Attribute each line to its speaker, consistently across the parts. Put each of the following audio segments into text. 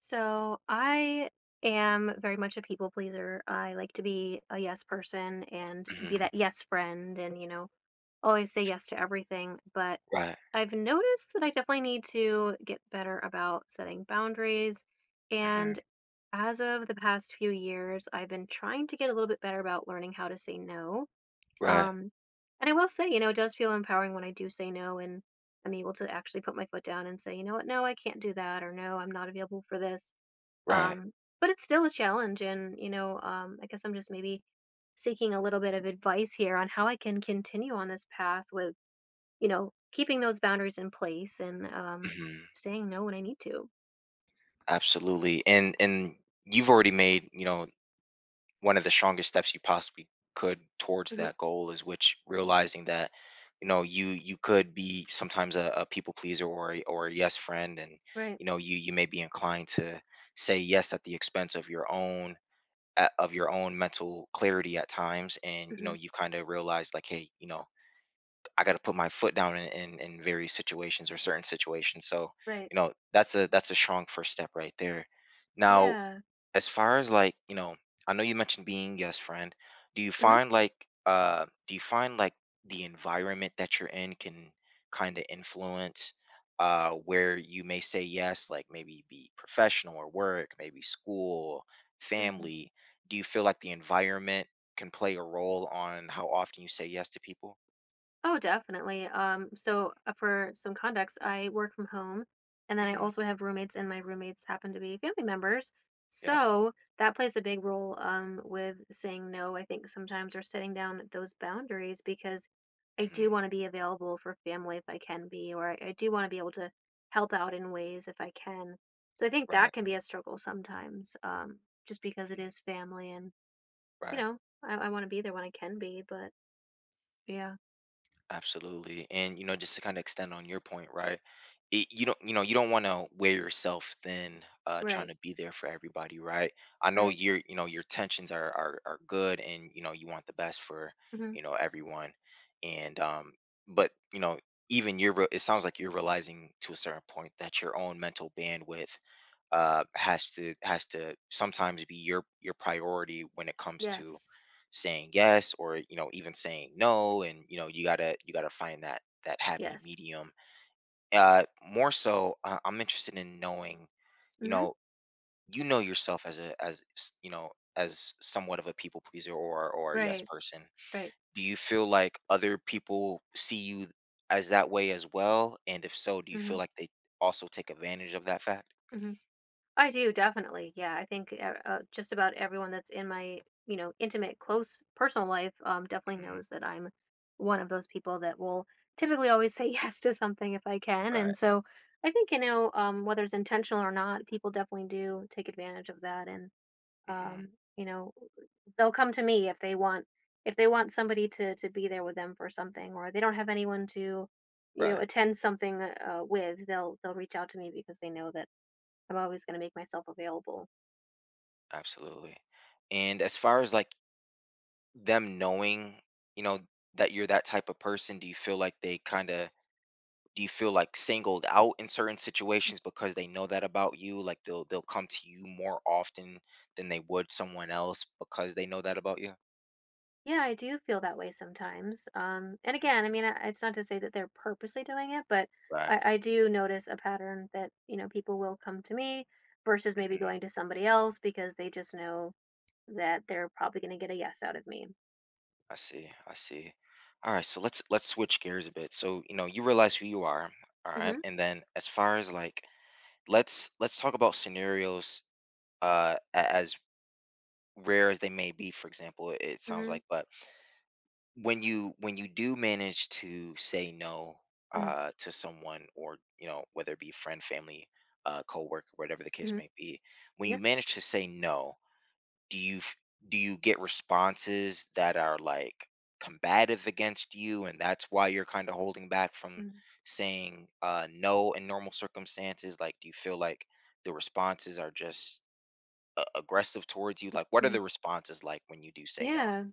Speaker 1: So I am very much a people pleaser. I like to be a yes person and be
Speaker 2: Mhm.
Speaker 1: that yes friend and, always say yes to everything. But
Speaker 2: Right.
Speaker 1: I've noticed that I definitely need to get better about setting boundaries.
Speaker 2: Mhm.
Speaker 1: And as of the past few years, I've been trying to get a little bit better about learning how to say no.
Speaker 2: Right.
Speaker 1: Um, and I will say, it does feel empowering when I do say no and I'm able to actually put my foot down and say, you know what, no, I can't do that, or no, I'm not available for this
Speaker 2: Right.
Speaker 1: um, but it's still a challenge and, I guess I'm just maybe seeking a little bit of advice here on how I can continue on this path with, keeping those boundaries in place and
Speaker 2: Mhm.
Speaker 1: saying no when I need to.
Speaker 2: Absolutely. And you've already made, you know, one of the strongest steps you possibly could towards
Speaker 1: Hmm.
Speaker 2: that goal is which realizing that, you know, you could be sometimes a people pleaser or a yes friend. And
Speaker 1: Right.
Speaker 2: you know, you may be inclined to say yes at the expense of your own a- of your own mental clarity at times, and you know,
Speaker 1: Hmm.
Speaker 2: you've kind of realized like, hey, you know, I got to put my foot down in, in various situations or certain situations. So,
Speaker 1: Right.
Speaker 2: you know, that's a strong first step right there. Now,
Speaker 1: Yeah.
Speaker 2: as far as like, you know, I know you mentioned being yes friend. Do you
Speaker 1: Hmm.
Speaker 2: find like do you find like the environment that you're in can kind of influence where you may say yes, like maybe be professional or work, maybe school,
Speaker 1: Hmm.
Speaker 2: family? Do you feel like the environment can play a role on how often you say yes to people?
Speaker 1: Oh, definitely. So for some context, I work from home and then I
Speaker 2: hmm
Speaker 1: also have roommates and my roommates happen to be family members.
Speaker 2: Yeah.
Speaker 1: So that plays a big role with saying no, I think sometimes, or setting down those boundaries, because I do
Speaker 2: Mhm.
Speaker 1: want to be available for family if I can be, or I do want to be able to help out in ways if I can. So I think that
Speaker 2: Right.
Speaker 1: can be a struggle sometimes, just because it
Speaker 2: Mhm.
Speaker 1: is family and you
Speaker 2: Right.
Speaker 1: know, I want to be there when I can be, but yeah.
Speaker 2: Absolutely. And you know, just to kind of extend on your point, right? It, you don't, you know, you don't want to wear yourself thin, trying
Speaker 1: Right,
Speaker 2: to be there for everybody, right? I know
Speaker 1: right.
Speaker 2: your, you know, your tensions are are good, and you know, you want the best for,
Speaker 1: Mhm.
Speaker 2: you know, everyone, and but you know, even it sounds like you're realizing to a certain point that your own mental bandwidth has to sometimes be your priority when it comes to
Speaker 1: Yes.
Speaker 2: saying yes or you know, even saying no. And you know, you gotta find that that happy
Speaker 1: Yes.
Speaker 2: medium. uh More so, I'm interested in knowing, you
Speaker 1: Mhm.
Speaker 2: know, yourself as a you know, as somewhat of a people pleaser or a yes
Speaker 1: Right.
Speaker 2: person.
Speaker 1: Right.
Speaker 2: Do you feel like other people see you as that way as well, and if so, do you feel
Speaker 1: Mhm.
Speaker 2: like they also take advantage of that fact?
Speaker 1: Mhm. I do definitely. Yeah, I think, just about everyone that's in my, intimate, close personal life, definitely
Speaker 2: hmm
Speaker 1: knows that I'm one of those people that will typically always say yes to something if I can.
Speaker 2: right
Speaker 1: And so I think, whether it's intentional or not, people definitely do take advantage of that. And
Speaker 2: hmm
Speaker 1: um, you know they'll come to me if they want somebody to be there with them for something, or they don't have anyone to
Speaker 2: Right.
Speaker 1: attend something with. They'll reach out to me because they know that I'm always going to make myself available.
Speaker 2: Absolutely. And as far as like them knowing, you know, that you're that type of person, do you feel like they kind of do you feel like singled out in certain situations because they know that about you? Like they'll come to you more often than they would someone else because they know that about you?
Speaker 1: Yeah, I do feel that way sometimes. And
Speaker 2: hmm
Speaker 1: again, I mean, it's not to say that they're purposely doing it, but
Speaker 2: Right.
Speaker 1: I do notice a pattern that, people will come to me versus maybe going
Speaker 2: hmm
Speaker 1: to somebody else because they just know that they're probably going to get a yes out of me.
Speaker 2: I see. I see. All right, so let's switch gears a bit. So, you know, you realize who you are, all right?
Speaker 1: Hmm.
Speaker 2: And then as far as like, let's talk about scenarios, as rare as they may be, for example, it sounds
Speaker 1: Hmm.
Speaker 2: like. But when you do manage to say no,
Speaker 1: Hmm.
Speaker 2: to someone, or you know, whether it be friend, family, coworker, whatever the case
Speaker 1: Hmm.
Speaker 2: may be, when you
Speaker 1: Yeah.
Speaker 2: manage to say no, do you f- do you get responses that are like combative against you, and that's why you're kind of holding back from
Speaker 1: Mm-hmm.
Speaker 2: saying no in normal circumstances? Like, do you feel like the responses are just a aggressive towards you? Like, what are
Speaker 1: Mm-hmm.
Speaker 2: the responses like when you do say no?
Speaker 1: Yeah.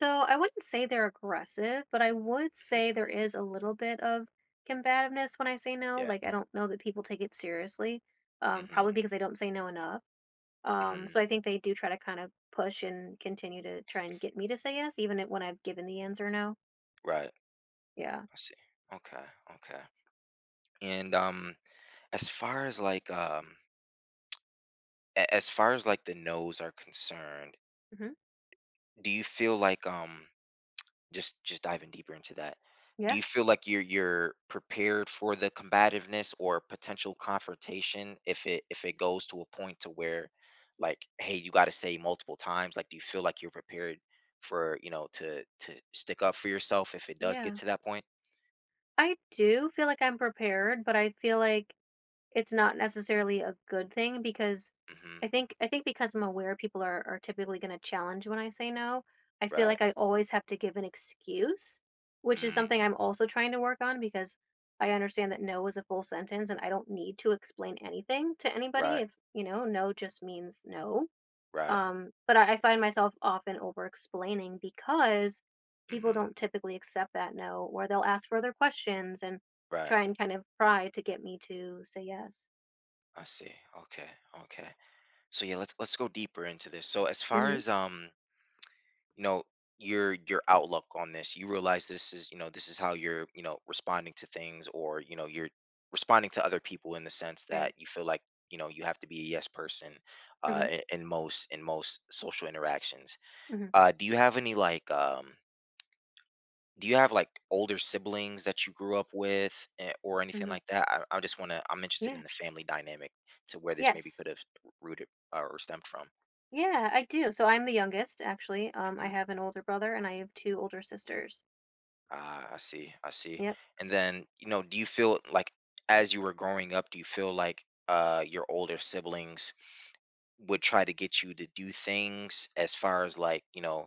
Speaker 1: So I wouldn't say they're aggressive, but I would say
Speaker 2: Mhm.
Speaker 1: there is a little bit of combativeness when I say no.
Speaker 2: Yeah.
Speaker 1: Like, I don't know that people take it seriously, probably
Speaker 2: hmm
Speaker 1: because I don't say no enough. Um,
Speaker 2: hmm
Speaker 1: so I think they do try to kind of push and continue to try and get me to say yes, even when I've given the answer no.
Speaker 2: Right.
Speaker 1: Yeah.
Speaker 2: I see. Okay. Okay. And as far as like as far as like the no's are concerned,
Speaker 1: Hmm.
Speaker 2: do you feel like just diving deeper into that, do
Speaker 1: Yeah.
Speaker 2: you feel like you're prepared for the combativeness or potential confrontation, if it goes to a point to where like, hey, you got to say multiple times? Like, do you feel like you're prepared for, you know, to stick up for yourself if it does get
Speaker 1: Yeah.
Speaker 2: to that point?
Speaker 1: I do feel like I'm prepared, but I feel like it's not necessarily a good thing because
Speaker 2: mm-hmm
Speaker 1: I think because I'm aware people are typically going to challenge when I say no. I feel
Speaker 2: right
Speaker 1: like I always have to give an excuse, which is
Speaker 2: mm,
Speaker 1: something I'm also trying to work on, because I understand that no is a full sentence and I don't need to explain anything to anybody
Speaker 2: right
Speaker 1: if, no just means no.
Speaker 2: right
Speaker 1: But I find myself often over explaining because people
Speaker 2: mm-hmm
Speaker 1: don't typically accept that no, or they'll ask further questions and
Speaker 2: right.
Speaker 1: try and kind of pry to get me to say yes.
Speaker 2: I see. Okay. Okay. So yeah, let's go deeper into this. So as far
Speaker 1: Mhm.
Speaker 2: as you know, your outlook on this, you realize this is, you know, this is how you're, you know, responding to things, or you know, you're responding to other people in the sense
Speaker 1: Right.
Speaker 2: that you feel like, you know, you have to be a yes person,
Speaker 1: Mhm.
Speaker 2: in most social interactions.
Speaker 1: Mhm.
Speaker 2: Do you have any like do you have like older siblings that you grew up with, or anything
Speaker 1: Mhm.
Speaker 2: like that? I just want to, I'm interested
Speaker 1: Yeah.
Speaker 2: in the family dynamic to where this maybe could
Speaker 1: Yes.
Speaker 2: have rooted, or stemmed from.
Speaker 1: Yeah, I do. So I'm the youngest, actually. I
Speaker 2: Mm-hmm.
Speaker 1: have an older brother and I have two older sisters.
Speaker 2: Ah, I see, I see.
Speaker 1: Yep.
Speaker 2: And then, you know, do you feel like as you were growing up, do you feel like your older siblings would try to get you to do things as far as like,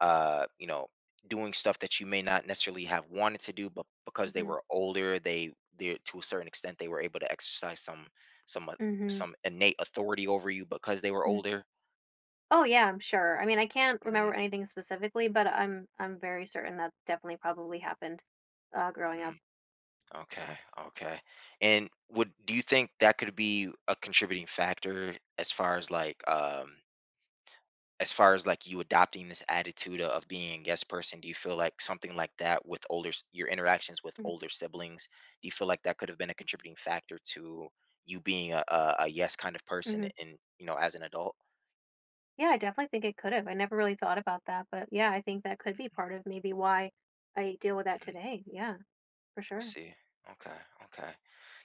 Speaker 2: you know, doing stuff that you may not necessarily have wanted to do, but because they
Speaker 1: Mhm.
Speaker 2: were older, they to a certain extent they were able to exercise some some uh,
Speaker 1: Mhm.
Speaker 2: some innate authority over you because they were
Speaker 1: Mhm.
Speaker 2: older.
Speaker 1: Oh yeah, I'm sure. I mean, I can't remember
Speaker 2: Mhm,
Speaker 1: anything specifically, but I'm very certain that definitely probably happened growing up.
Speaker 2: mhm. Okay, okay. And would do you think that could be a contributing factor as far as like as far as like you adopting this attitude of being a guest person? Do you feel like something like that with older your interactions with
Speaker 1: Mhm.
Speaker 2: older siblings, do you feel like that could have been a contributing factor to you being a yes kind of person,
Speaker 1: Mhm.
Speaker 2: and you know, as an adult?
Speaker 1: Yeah, I definitely think it could have. I never really thought about that, but yeah, I think that could be part of maybe why I deal with that
Speaker 2: Mhm,
Speaker 1: today. Yeah, for
Speaker 2: I
Speaker 1: sure.
Speaker 2: see. Okay, okay.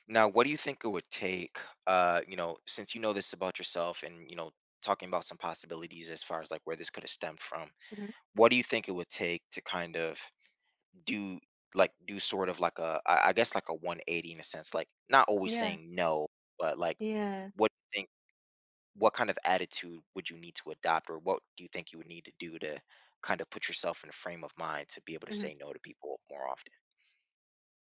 Speaker 2: Now, what do you think it would take, you know, since you know this about yourself, and, you know, talking about some possibilities as far as like where this could have stemmed from,
Speaker 1: Hmm.
Speaker 2: what do you think it would take to kind of do like do sort of like I guess like a 180 in a sense, like not always
Speaker 1: Yeah.
Speaker 2: saying no, but like,
Speaker 1: Yeah.
Speaker 2: what do you think, what kind of attitude would you need to adopt, or what do you think you would need to do to kind of put yourself in a frame of mind to be able to
Speaker 1: Mhm.
Speaker 2: say no to people more often?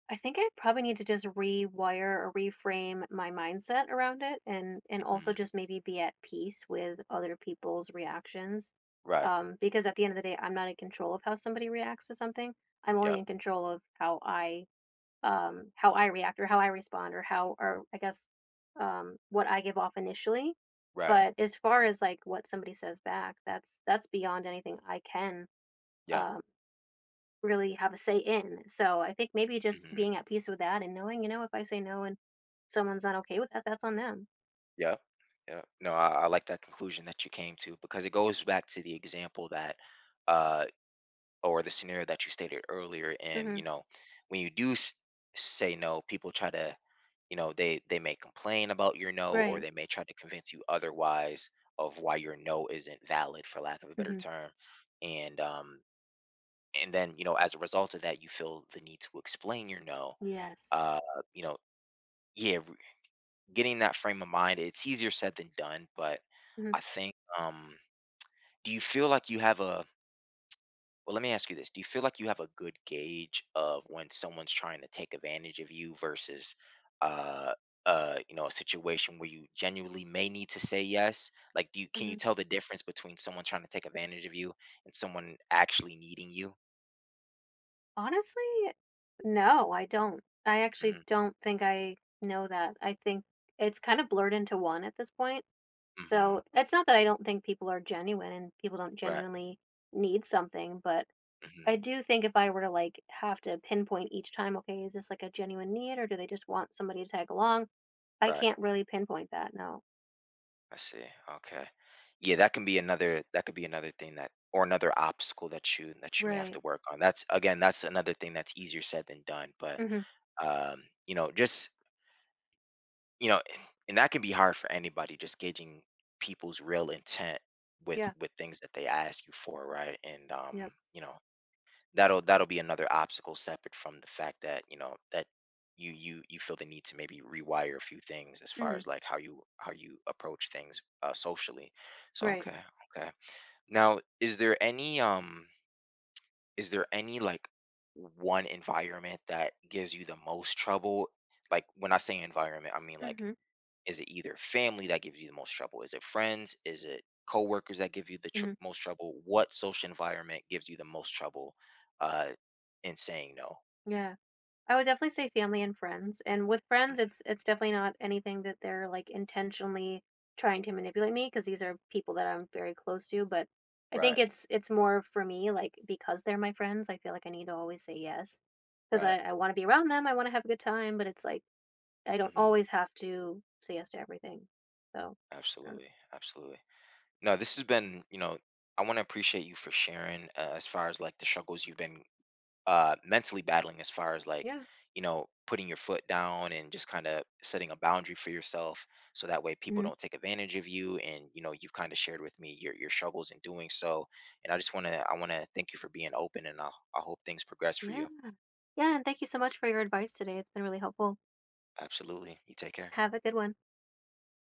Speaker 1: I think I probably need to just rewire or reframe my mindset around it, and also
Speaker 2: Mhm.
Speaker 1: just maybe be at peace with other people's reactions.
Speaker 2: Right.
Speaker 1: Because at the end of the day, I'm not in control of how somebody reacts to something. I'm only
Speaker 2: Yep.
Speaker 1: in control of how I react, or how I respond, or how, or I guess what I give off initially.
Speaker 2: Right.
Speaker 1: But as far as like what somebody says back, that's beyond anything I can
Speaker 2: Yep.
Speaker 1: um really have a say in. So I think maybe just being at peace with that and knowing, if I say no and someone's not okay with that, that's on them.
Speaker 2: Yeah. Yeah. No, I like that conclusion that you came to, because it goes back to the example that, uh, or the scenario that you stated earlier. And,
Speaker 1: Hmm.
Speaker 2: you know, when you say no, people try to, you know, they may complain about your no, or
Speaker 1: Right.
Speaker 2: they may try to convince you otherwise of why your no isn't valid, for lack of a better
Speaker 1: Hmm.
Speaker 2: term. And, um, and then, you know, as a result of that, you feel the need to explain your no.
Speaker 1: Yes.
Speaker 2: Uh, you know, yeah, getting that frame of mind, it's easier said than done. But
Speaker 1: Hmm.
Speaker 2: I think do you feel like you have a, well, let me ask you this. Do you feel like you have a good gauge of when someone's trying to take advantage of you versus uh you know, a situation where you genuinely may need to say yes? Like, do you, can you
Speaker 1: Hmm.
Speaker 2: tell the difference between someone trying to take advantage of you and someone actually needing you?
Speaker 1: Honestly, no, I don't. I actually
Speaker 2: Mhm.
Speaker 1: don't think I know that. I think it's kind of blurred into one at this point.
Speaker 2: Mhm.
Speaker 1: So it's not that I don't think people are genuine and people don't
Speaker 2: Right.
Speaker 1: genuinely need something, but I
Speaker 2: Mhm.
Speaker 1: do think if I were to like have to pinpoint each time, okay, is this like a genuine need or do they just want somebody to tag along? I
Speaker 2: Right.
Speaker 1: can't really pinpoint that, no.
Speaker 2: I see. Okay. Yeah, that can be another, that could be another thing that, or another obstacle that you may have
Speaker 1: Right.
Speaker 2: to work on. That's again, that's another thing that's easier said than done. But
Speaker 1: Mhm.
Speaker 2: you know, just you know, and that can be hard for anybody, just gauging people's real intent
Speaker 1: Yeah.
Speaker 2: with things that they ask you for, right? And
Speaker 1: Yep.
Speaker 2: you know, that'll that'll be another obstacle separate from the fact that you know that you feel the need to maybe rewire a few things as far
Speaker 1: Mhm.
Speaker 2: as like how you approach things, socially. So
Speaker 1: Right.
Speaker 2: okay, okay. Now, is there any like one environment that gives you the most trouble? Like, when I say environment, I mean like,
Speaker 1: Mhm.
Speaker 2: is it either family that gives you the most trouble? Is it friends? Is it coworkers that give you the
Speaker 1: Mhm.
Speaker 2: most trouble? What social environment gives you the most trouble uh, in saying no?
Speaker 1: Yeah. I would definitely say family and friends, and with
Speaker 2: Mm,
Speaker 1: friends, it's definitely not anything that they're, like, intentionally trying to manipulate me, because these are people that I'm very close to, but I think
Speaker 2: right,
Speaker 1: it's more for me, like, because they're my friends, I feel like I need to always say yes because
Speaker 2: right.
Speaker 1: I wanna be around them, I wanna have a good time, but it's like, I don't
Speaker 2: hmm
Speaker 1: always have to say yes to everything, so, I don't know.
Speaker 2: Absolutely, absolutely. No, this has been, you know, I want to appreciate you for sharing, as far as like the struggles you've been mentally battling, as far as like,
Speaker 1: Yeah.
Speaker 2: you know, putting your foot down and just kind of setting a boundary for yourself so that way people
Speaker 1: Mhm.
Speaker 2: don't take advantage of you. And you know, you've kind of shared with me your struggles in doing so, and I want to thank you for being open, and I hope things progress for
Speaker 1: Yeah.
Speaker 2: you.
Speaker 1: Yeah, and thank you so much for your advice today. It's been really helpful.
Speaker 2: Absolutely, you take care.
Speaker 1: Have a good one.